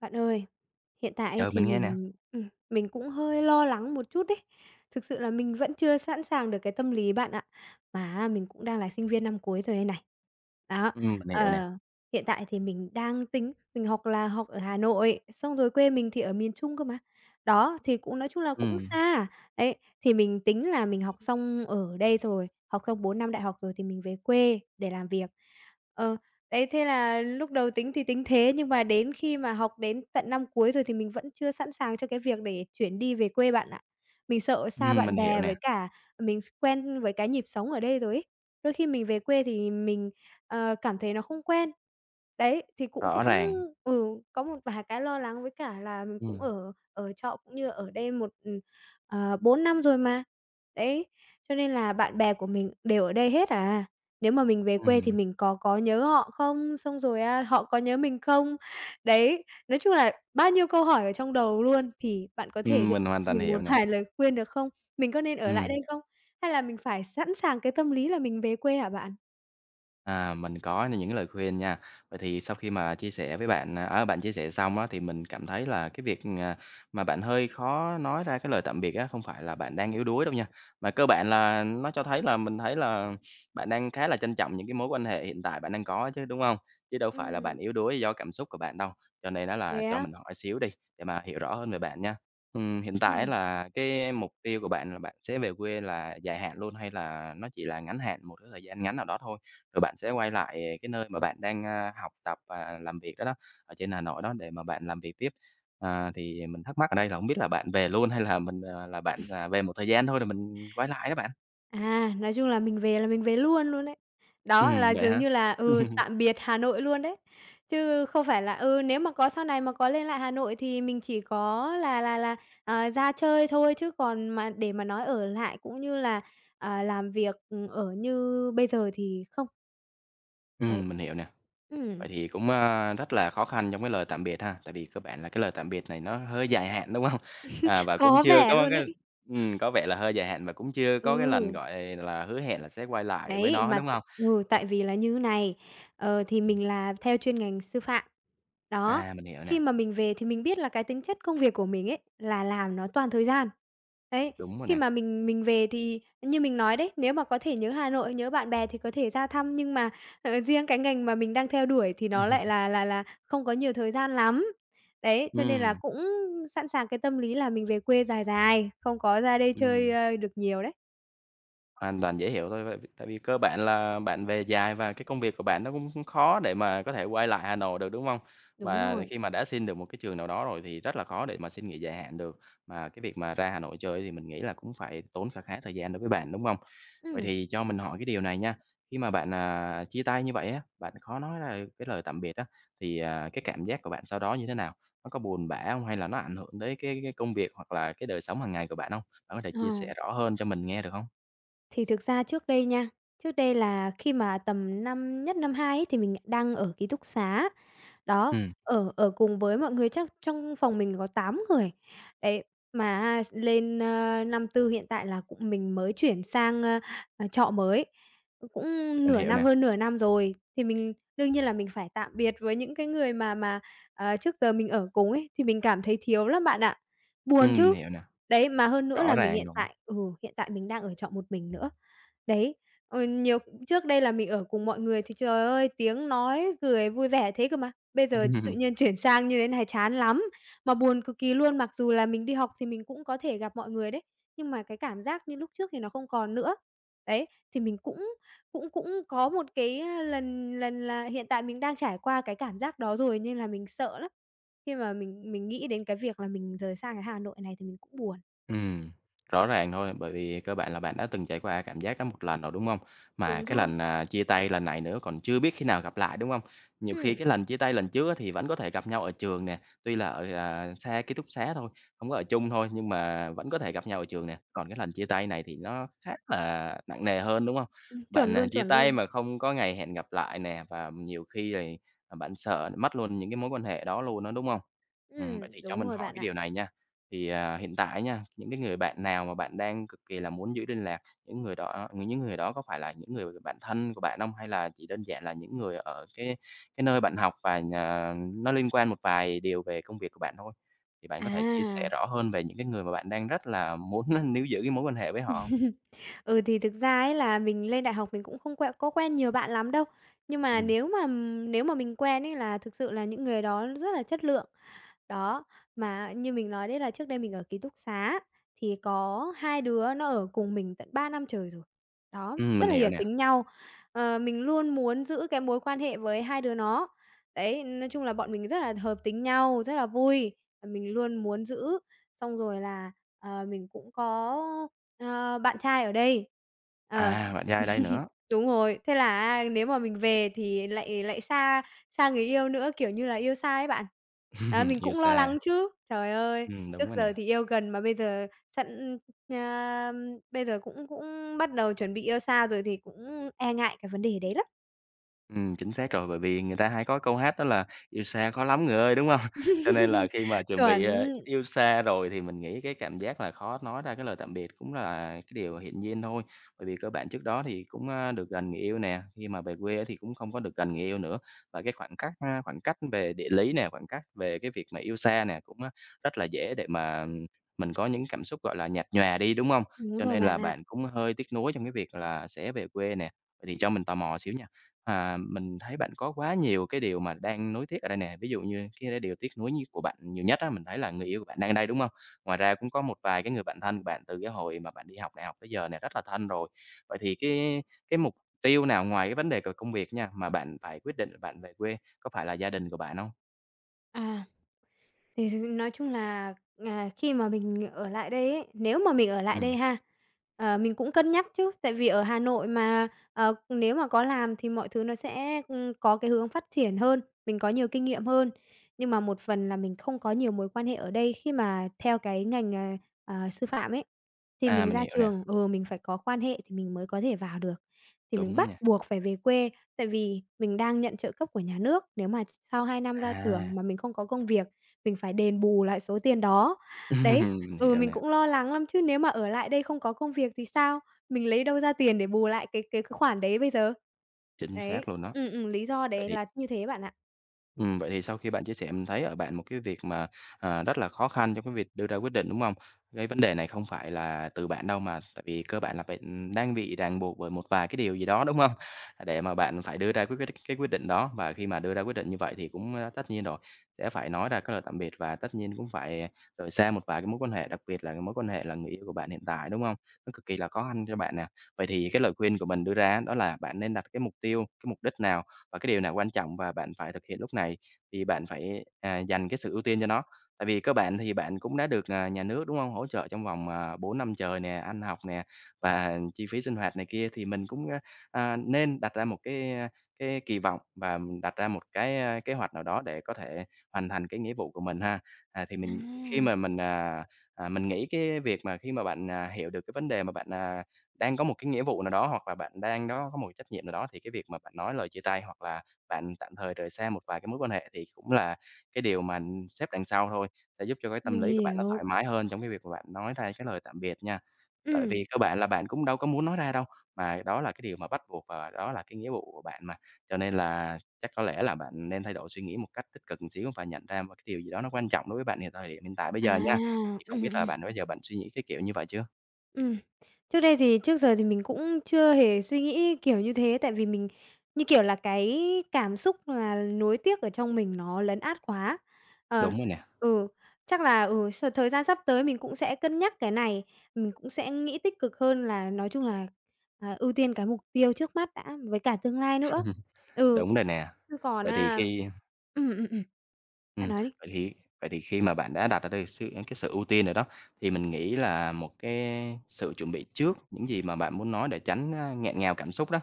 Bạn ơi, hiện tại Trời, thì mình nghe nè. Mình cũng hơi lo lắng một chút đấy. Thực sự là mình vẫn chưa sẵn sàng được cái tâm lý bạn ạ. Mà mình cũng đang là sinh viên năm cuối rồi đây này. Đó, Ừm. Mình hiểu nè. ờ, hiện tại thì mình đang tính mình học là học ở Hà Nội, xong rồi quê mình thì ở miền Trung cơ mà. Đó, thì cũng nói chung là cũng Ừm, xa. Đấy, thì mình tính là mình học xong ở đây rồi, học xong 4 năm đại học rồi thì mình về quê để làm việc. Ờ. Đấy, thế là lúc đầu tính thì tính thế, nhưng mà đến khi mà học đến tận năm cuối rồi thì mình vẫn chưa sẵn sàng cho cái việc để chuyển đi về quê bạn ạ. Mình sợ xa bạn mình hiểu bè nè, với cả mình s quen với cái nhịp sống ở đây rồi ấy. Đôi khi mình về quê thì mình, cảm thấy nó không quen. Đấy, thì cũng rõ cũng ràng. ừ, có một vài cái lo lắng với cả là mình cũng Ừm, ở ở trọ cũng như ở đây một, 4 năm rồi mà. Đấy, cho nên là bạn bè của mình đều ở đây hết à. Nếu mà mình về quê thì ừm, mình có nhớ họ không? Xong rồi, họ có nhớ mình không? Đấy, nói chung là bao nhiêu câu hỏi ở trong đầu luôn, thì bạn có thể đưa mình hoàn cho toàn mình hiểu một nè. vài lời khuyên được không? Mình có nên ở lại Ừm. đây không? Hay là mình phải sẵn sàng cái tâm lý là mình về quê hả bạn? À, mình có những lời khuyên nha. Vậy thì sau khi mà chia sẻ với bạn, bạn chia sẻ xong á, thì mình cảm thấy là cái việc, mà bạn hơi khó nói ra cái lời tạm biệt á, không phải là bạn đang yếu đuối đâu nha, mà cơ bản là nó cho thấy là mình thấy là bạn đang khá là trân trọng những cái mối quan hệ hiện tại bạn đang có chứ, đúng không? Chứ đâu phải là bạn Ừm. yếu đuối do cảm xúc của bạn đâu. Cho nên á là Thế cho á? mình hỏi xíu đi, để mà hiểu rõ hơn về bạn nha. Hiện tại Ừm. là cái mục tiêu của bạn là bạn sẽ về quê là dài hạn luôn hay là nó chỉ là ngắn hạn một cái thời gian ngắn nào đó thôi? Rồi bạn sẽ quay lại cái nơi mà bạn đang, học tập và làm việc đó đó, ở trên Hà Nội đó để mà bạn làm việc tiếp. Thì mình thắc mắc ở đây là không biết là bạn về luôn hay là là bạn, về một thời gian thôi rồi mình quay lại đó bạn? À, nói chung là mình về luôn luôn đấy. Đó, là Vậy dường hả? như là, ừ, tạm biệt Hà Nội luôn đấy. Chứ không phải là, ừ, nếu mà có sau này mà có lên lại Hà Nội thì mình chỉ có ra chơi thôi, chứ còn mà để mà nói ở lại cũng như là, làm việc, ừ, ở như bây giờ thì không. Đấy. Mình hiểu nè. Ừm, Vậy thì cũng, rất là khó khăn trong cái lời tạm biệt ha, tại vì cơ bản là cái lời tạm biệt này nó hơi dài hạn, đúng không? À, và cũng có chưa vẻ có luôn cái ấy. Có vẻ là hơi dài hạn và cũng chưa có cái lần, Ừ. gọi là, hứa hẹn là sẽ quay lại với Đấy, nó, mà đúng t không? ừ, tại vì là như này, thì mình là theo chuyên ngành sư phạm. Đó, Mình hiểu nè, khi mà mình về thì mình biết là cái tính chất công việc của mình ấy, là làm nó toàn thời gian. Đấy, đúng rồi khi nè. mà mình về thì như mình nói đấy, nếu mà có thể nhớ Hà Nội, nhớ bạn bè thì có thể ra thăm, nhưng mà, riêng cái ngành mà mình đang theo đuổi thì nó lại là không có nhiều thời gian lắm. Đấy, cho nên là Ừm, cũng sẵn sàng cái tâm lý là mình về quê dài dài, không có ra đây chơi, ừm. Được nhiều đấy. Hoàn toàn dễ hiểu thôi, tại vì cơ bản là bạn về dài và cái công việc của bạn nó cũng cũng khó để mà có thể quay lại Hà Nội được, đúng không? Đúng Và rồi. khi mà đã xin được một cái trường nào đó rồi thì rất là khó để mà xin nghỉ dài hạn được, mà cái việc mà ra Hà Nội chơi thì mình nghĩ là cũng phải tốn kha khá thời gian đối với bạn, đúng không? Vậy Ừm, thì cho mình hỏi cái điều này nha, khi mà bạn, chia tay như vậy á, bạn khó nói ra được cái lời tạm biệt á, thì, cái cảm giác của bạn sau đó như thế nào? Nó có buồn bã không? Hay là nó ảnh hưởng tới cái công việc hoặc là cái đời sống hàng ngày của bạn không? Bạn có thể ờ. chia sẻ rõ hơn cho mình nghe được không? Thì thực ra trước đây nha, trước đây là khi mà tầm năm nhất năm 2 ấy thì mình đang ở ký túc xá, đó, Ừm. ở ở cùng với mọi người chắc trong phòng mình có 8 người. Đấy, mà lên, năm tư hiện tại là cũng mình mới chuyển sang, trọ mới, cũng Mình nửa hiểu năm nè, hơn nửa năm rồi, thì mình đương nhiên là mình phải tạm biệt với những cái người trước giờ mình ở cùng ấy, thì mình cảm thấy thiếu lắm bạn ạ. Buồn mình chứ. hiểu nè, Đấy, mà hơn nữa rõ là mình ràng hiện tại hiện tại mình đang ở trọ một mình nữa. Đấy, ờ, nhiều trước đây là mình ở cùng mọi người thì, trời ơi, tiếng nói cười vui vẻ thế cơ mà. Bây giờ tự rồi. nhiên chuyển sang như thế này chán lắm, mà buồn cực kỳ luôn. Mặc dù là mình đi học thì mình cũng có thể gặp mọi người đấy, nhưng mà cái cảm giác như lúc trước thì nó không còn nữa. Đấy, thì mình cũng cũng cũng có một cái, lần lần là hiện tại mình đang trải qua cái cảm giác đó rồi nên là mình sợ lắm. Khi mà mình nghĩ đến cái việc là mình rời xa cái Hà Nội này thì mình cũng buồn. Ừm, Rõ ràng thôi, bởi vì cơ bản là bạn đã từng trải qua cảm giác đó một lần rồi, đúng không? Mà Đúng cái rồi, lần, chia tay lần này nữa còn chưa biết khi nào gặp lại, đúng không? Nhiều khi ừm, cái lần chia tay lần trước á thì vẫn có thể gặp nhau ở trường nè, tuy là ở, xa ký túc xá thôi, không có ở chung thôi, nhưng mà vẫn có thể gặp nhau ở trường nè. Còn cái lần chia tay này thì nó khá là nặng nề hơn, đúng không? Chuẩn Bạn, luôn, chia chuẩn tay luôn. mà không có ngày hẹn gặp lại nè, và nhiều khi thì, bạn sợ mất luôn những cái mối quan hệ đó luôn á, đúng không? Vậy thì cho Đúng mình rồi hỏi bạn cái ạ. điều này nha, thì, hiện tại nha, những cái người bạn nào mà bạn đang cực kỳ là muốn giữ liên lạc, những người đó có phải là những người bạn thân của bạn không? Hay là chỉ đơn giản là những người ở cái nơi bạn học và nhà nó liên quan một vài điều về công việc của bạn thôi? Thì bạn có thể chia sẻ À. rõ hơn về những cái người mà bạn đang rất là muốn níu giữ cái mối quan hệ với họ hông? Ừ, thì thực ra ấy là mình lên đại học mình cũng không quen có quen nhiều bạn lắm đâu. Nhưng mà Ừm, nếu mà mình quen ấy là thực sự là những người đó rất là chất lượng. Đó, mà như mình nói đấy là trước đây mình ở ký túc xá thì có hai đứa nó ở cùng mình tận 3 năm trời rồi. Đó, mình rất là hiểu hiểu nè. tính nhau. Ờ, mình luôn muốn giữ cái mối quan hệ với hai đứa nó. Đấy, nói chung là bọn mình rất là hợp tính nhau, rất là vui, mình luôn muốn giữ. Xong rồi là, mình cũng có, bạn trai ở đây. Ờ, À, bạn trai đây nữa. đúng rồi, thế là nếu mà mình về thì lại lại xa xa người yêu nữa, kiểu như là, yêu xa ấy bạn. Đó, mình Yêu cũng xa. lo lắng chứ. Trời ơi, Đúng trước rồi nè. giờ thì yêu gần mà bây giờ sẵn a, bây giờ cũng cũng bắt đầu chuẩn bị yêu xa rồi thì cũng e ngại cái vấn đề đấy lắm. Chính xác rồi, bởi vì người ta hay có câu hát đó là "Yêu xa khó lắm người ơi", đúng không? Cho nên là khi mà chuẩn bị, Chuẩn, yêu xa rồi thì mình nghĩ cái cảm giác là khó nói ra cái lời tạm biệt cũng là cái điều hiển nhiên thôi. Bởi vì cơ bản trước đó thì cũng, được gần người yêu nè, khi mà về quê thì cũng không có được gần người yêu nữa. Và cái khoảng cách, khoảng cách về địa lý nè, khoảng cách về cái việc mà yêu xa nè, cũng, rất là dễ để mà mình có những cảm xúc, gọi là, nhạt nhòa đi, đúng không? đúng Cho rồi nên bạn là ạ. bạn cũng hơi tiếc nuối trong cái việc là sẽ về quê nè. Vậy thì cho mình tò mò xíu nha. À, mình thấy bạn có quá nhiều cái điều mà đang nuối tiếc ở đây nè, ví dụ như cái điều tiếc nuối nhất của bạn nhiều nhất á, mình thấy là người yêu của bạn đang đây, đúng không? Ngoài ra cũng có một vài cái người bạn thân của bạn từ cái hồi mà bạn đi học đại học tới giờ này rất là thân rồi. Vậy thì cái mục tiêu nào ngoài cái vấn đề công việc nha, mà bạn phải quyết định là bạn về quê, có phải là gia đình của bạn không? À. Thì thực Nói chung là, khi mà mình ở lại đây ấy, nếu mà mình ở lại Ừm, đây ha, mình cũng cân nhắc chứ, tại vì ở Hà Nội mà, nếu mà có làm thì mọi thứ nó sẽ, có cái hướng phát triển hơn, mình có nhiều kinh nghiệm hơn. Nhưng mà một phần là mình không có nhiều mối quan hệ ở đây khi mà theo cái ngành, sư phạm ấy, thì mình mình ra hiểu nè, trường ừ, mình phải có quan hệ thì mình mới có thể vào được, thì đúng mình đó bắt nha. buộc phải về quê, tại vì mình đang nhận trợ cấp của nhà nước. Nếu mà sau 2 năm ra trường À, mà mình không có công việc mình phải đền bù lại số tiền đó. Đấy, mình ừ, hiểu mình nè, cũng lo lắng lắm chứ nếu mà ở lại đây không có công việc thì sao? Mình lấy đâu ra tiền để bù lại cái khoản đấy bây giờ? chính Đấy, xác luôn đó. ừ, ừ, lý do Vậy đấy thì là như thế bạn ạ. vậy thì sau khi bạn chia sẻ mình thấy ở bạn một cái việc mà, rất là khó khăn trong cái việc đưa ra quyết định, đúng không? Cái vấn đề này không phải là từ bạn đâu mà tại vì cơ bản là bạn, đang bị ràng buộc bởi một vài cái điều gì đó, đúng không? Để mà bạn phải đưa ra quyết cái quyết định đó và khi mà đưa ra quyết định như vậy thì cũng, tất nhiên rồi, sẽ phải nói ra cái lời tạm biệt và tất nhiên cũng phải rời xa một vài cái mối quan hệ, đặc biệt là cái mối quan hệ là người yêu của bạn hiện tại, đúng không? Nó cực kỳ là khó khăn cho bạn nè. Vậy thì cái lời khuyên của mình đưa ra đó là bạn nên đặt cái mục tiêu, cái mục đích nào và cái điều nào quan trọng và bạn phải thực hiện lúc này thì bạn phải, dành cái sự ưu tiên cho nó. Tại vì các bạn thì bạn cũng đã được, nhà nước, đúng không? Hỗ trợ trong vòng, 4 năm trời nè, ăn học nè, và chi phí sinh hoạt này kia thì mình cũng, nên đặt ra một cái kỳ vọng và mình đặt ra một kế hoạch nào đó để có thể hoàn thành cái nghĩa vụ của mình ha. À, thì mình khi À. mà mình, à, à, mình nghĩ cái việc mà khi mà bạn, hiểu được cái vấn đề mà bạn, đang có một cái nghĩa vụ nào đó hoặc là bạn đang đó có một cái trách nhiệm nào đó thì cái việc mà bạn nói lời chia tay hoặc là bạn tạm thời rời xa một vài cái mối quan hệ thì cũng là cái điều mà xếp đằng sau thôi, sẽ giúp cho cái tâm Mình lý của bạn nó hiểu, thoải mái hơn trong cái việc mà bạn nói ra cái lời tạm biệt nha. Tại ừm. vì cơ bản là bạn cũng đâu có muốn nói ra đâu, mà đó là cái điều mà bắt buộc và đó là cái nghĩa vụ của bạn mà. Cho nên là chắc có lẽ là bạn nên thay đổi suy nghĩ một cách tích cực một xíu và nhận ra một cái điều gì đó nó quan trọng đối với bạn hiện thời hiện tại bây À, giờ nha. Thì không biết là ừm. bạn bây giờ bạn suy nghĩ cái kiểu như vậy chưa? Ừm. Trước giờ thì mình cũng chưa hề suy nghĩ kiểu như thế, tại vì mình, như kiểu là, cái cảm xúc là nuối tiếc ở trong mình nó lấn át quá. Ờ, Đúng rồi nè. ừ, chắc là, ừ, thời gian sắp tới mình cũng sẽ cân nhắc cái này, mình cũng sẽ nghĩ tích cực hơn là nói chung là, ưu tiên cái mục tiêu trước mắt đã, với cả tương lai nữa. Ừ, Đúng rồi nè. chứ còn Vậy thì á khi ừm. Bạn Ừm, nói đi. vậy thì vậy thì khi mà bạn đã đặt ra được sự ưu tiên rồi đó, thì mình nghĩ là một cái sự chuẩn bị trước những gì mà bạn muốn nói để tránh, nghẹn ngào cảm xúc đó.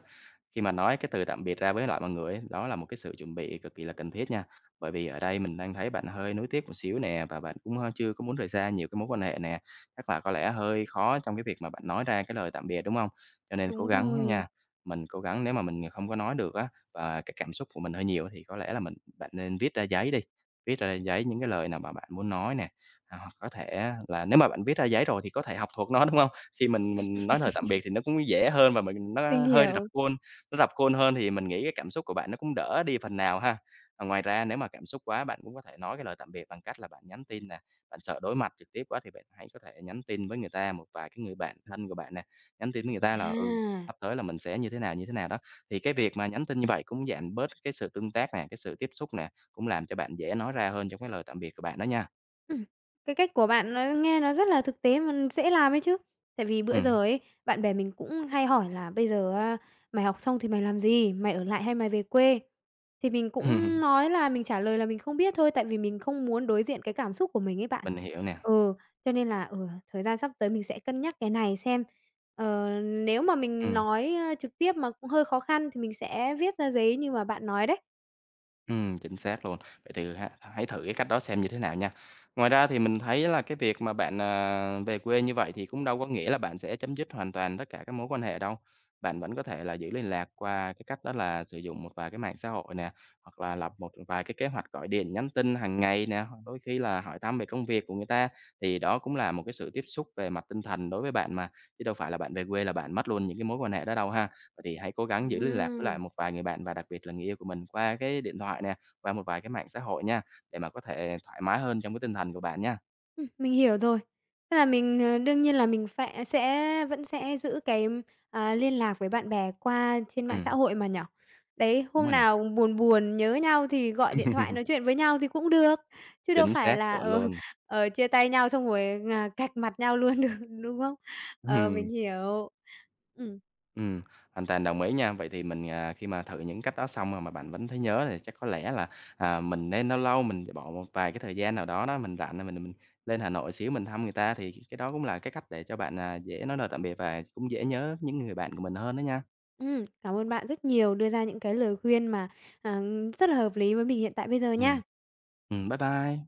Khi mà nói cái từ tạm biệt ra với lại mọi người ấy, đó là một cái sự chuẩn bị cực kỳ là cần thiết nha. Bởi vì ở đây mình đang thấy bạn hơi nuối tiếc một xíu nè, và bạn cũng, chưa có muốn rời xa nhiều cái mối quan hệ nè, chắc là có lẽ hơi khó trong cái việc mà bạn nói ra cái lời tạm biệt, đúng không? Cho nên cố Đúng gắng rồi, nha, mình cố gắng nếu mà mình không có nói được á, và cái cảm xúc của mình hơi nhiều thì có lẽ là bạn nên viết ra giấy đi. Viết ra giấy những cái lời nào mà bạn muốn nói nè, à, hoặc có thể là nếu mà bạn viết ra giấy rồi thì có thể học thuộc nó, đúng không? Khi mình nói lời tạm biệt thì nó cũng dễ hơn, và mình mình nó hơi rập hiểu. khuôn, nó rập khuôn hơn thì mình nghĩ cái cảm xúc của bạn nó cũng đỡ đi phần nào ha. Và ngoài ra nếu mà cảm xúc quá, bạn cũng có thể nói cái lời tạm biệt bằng cách là bạn nhắn tin nè. Bạn sợ đối mặt trực tiếp quá thì bạn hãy có thể nhắn tin với người ta, một vài cái người bạn thân của bạn nè, nhắn tin với người ta là, À. sắp tới là mình sẽ như thế nào đó. Thì cái việc mà nhắn tin như vậy cũng giảm bớt cái sự tương tác nè, cái sự tiếp xúc nè, cũng làm cho bạn dễ nói ra hơn trong cái lời tạm biệt của bạn đó nha. Ừm, cái cách của bạn nó nghe nó rất là thực tế mà dễ làm ấy chứ. Tại vì bữa Ừm. giờ ấy, bạn bè mình cũng hay hỏi là "Bây giờ á, mày học xong thì mày làm gì? Mày ở lại hay mày về quê?" Thì mình cũng nói là mình trả lời là mình không biết thôi, tại vì mình không muốn đối diện cái cảm xúc của mình ấy bạn. Mình hiểu nè, Ừ, cho nên là, ở thời gian sắp tới mình sẽ cân nhắc cái này xem, nếu mà mình ừm. nói, trực tiếp mà cũng hơi khó khăn thì mình sẽ viết ra giấy như mà bạn nói đấy. Chính xác luôn. Vậy thì hãy thử cái cách đó xem như thế nào nha. Ngoài ra thì mình thấy là cái việc mà bạn, về quê như vậy thì cũng đâu có nghĩa là bạn sẽ chấm dứt hoàn toàn tất cả các mối quan hệ đâu. Bạn vẫn có thể là giữ liên lạc qua cái cách đó là sử dụng một vài cái mạng xã hội nè, hoặc là lập một vài cái kế hoạch gọi điện, nhắn tin hàng ngày nè, hoặc đôi khi là hỏi thăm về công việc của người ta, thì đó cũng là một cái sự tiếp xúc về mặt tinh thần đối với bạn mà, chứ đâu phải là bạn về quê là bạn mất luôn những cái mối quan hệ đó đâu ha. Thì hãy cố gắng giữ liên lạc với lại Ừm. một vài người bạn và đặc biệt là người yêu của mình qua cái điện thoại nè, qua một vài cái mạng xã hội nha, để mà có thể thoải mái hơn trong cái tinh thần của bạn nha. Mình hiểu rồi. Tức là mình, đương nhiên là mình phẽ sẽ vẫn sẽ giữ cái, liên lạc với bạn bè qua trên mạng xã Ừm, hội mà nhỉ? Đấy, đúng hôm rồi nè. nào buồn buồn nhớ nhau thì gọi điện thoại nói chuyện với nhau thì cũng được, chứ đâu Chính phải xác, là, chuẩn luôn. Chia tay nhau xong rồi, cạch mặt nhau luôn được, đúng không? Ờ, Ừm, mình hiểu. Ừm, ừm, hoàn toàn đồng ý nha. Vậy thì mình, khi mà thử những cách đó xong rồi mà bạn vẫn thấy nhớ thì chắc có lẽ là, mình nên lâu lâu mình bỏ một vài cái thời gian nào đó đó, mình rảnh là mình lên Hà Nội xíu mình thăm người ta, thì cái đó cũng là cái cách để cho bạn, dễ nói lời tạm biệt và cũng dễ nhớ những người bạn của mình hơn đó nha. Cảm ơn bạn rất nhiều đưa ra những cái lời khuyên mà, à, rất là hợp lý với mình hiện tại bây giờ Ừm, nha. Bye bye.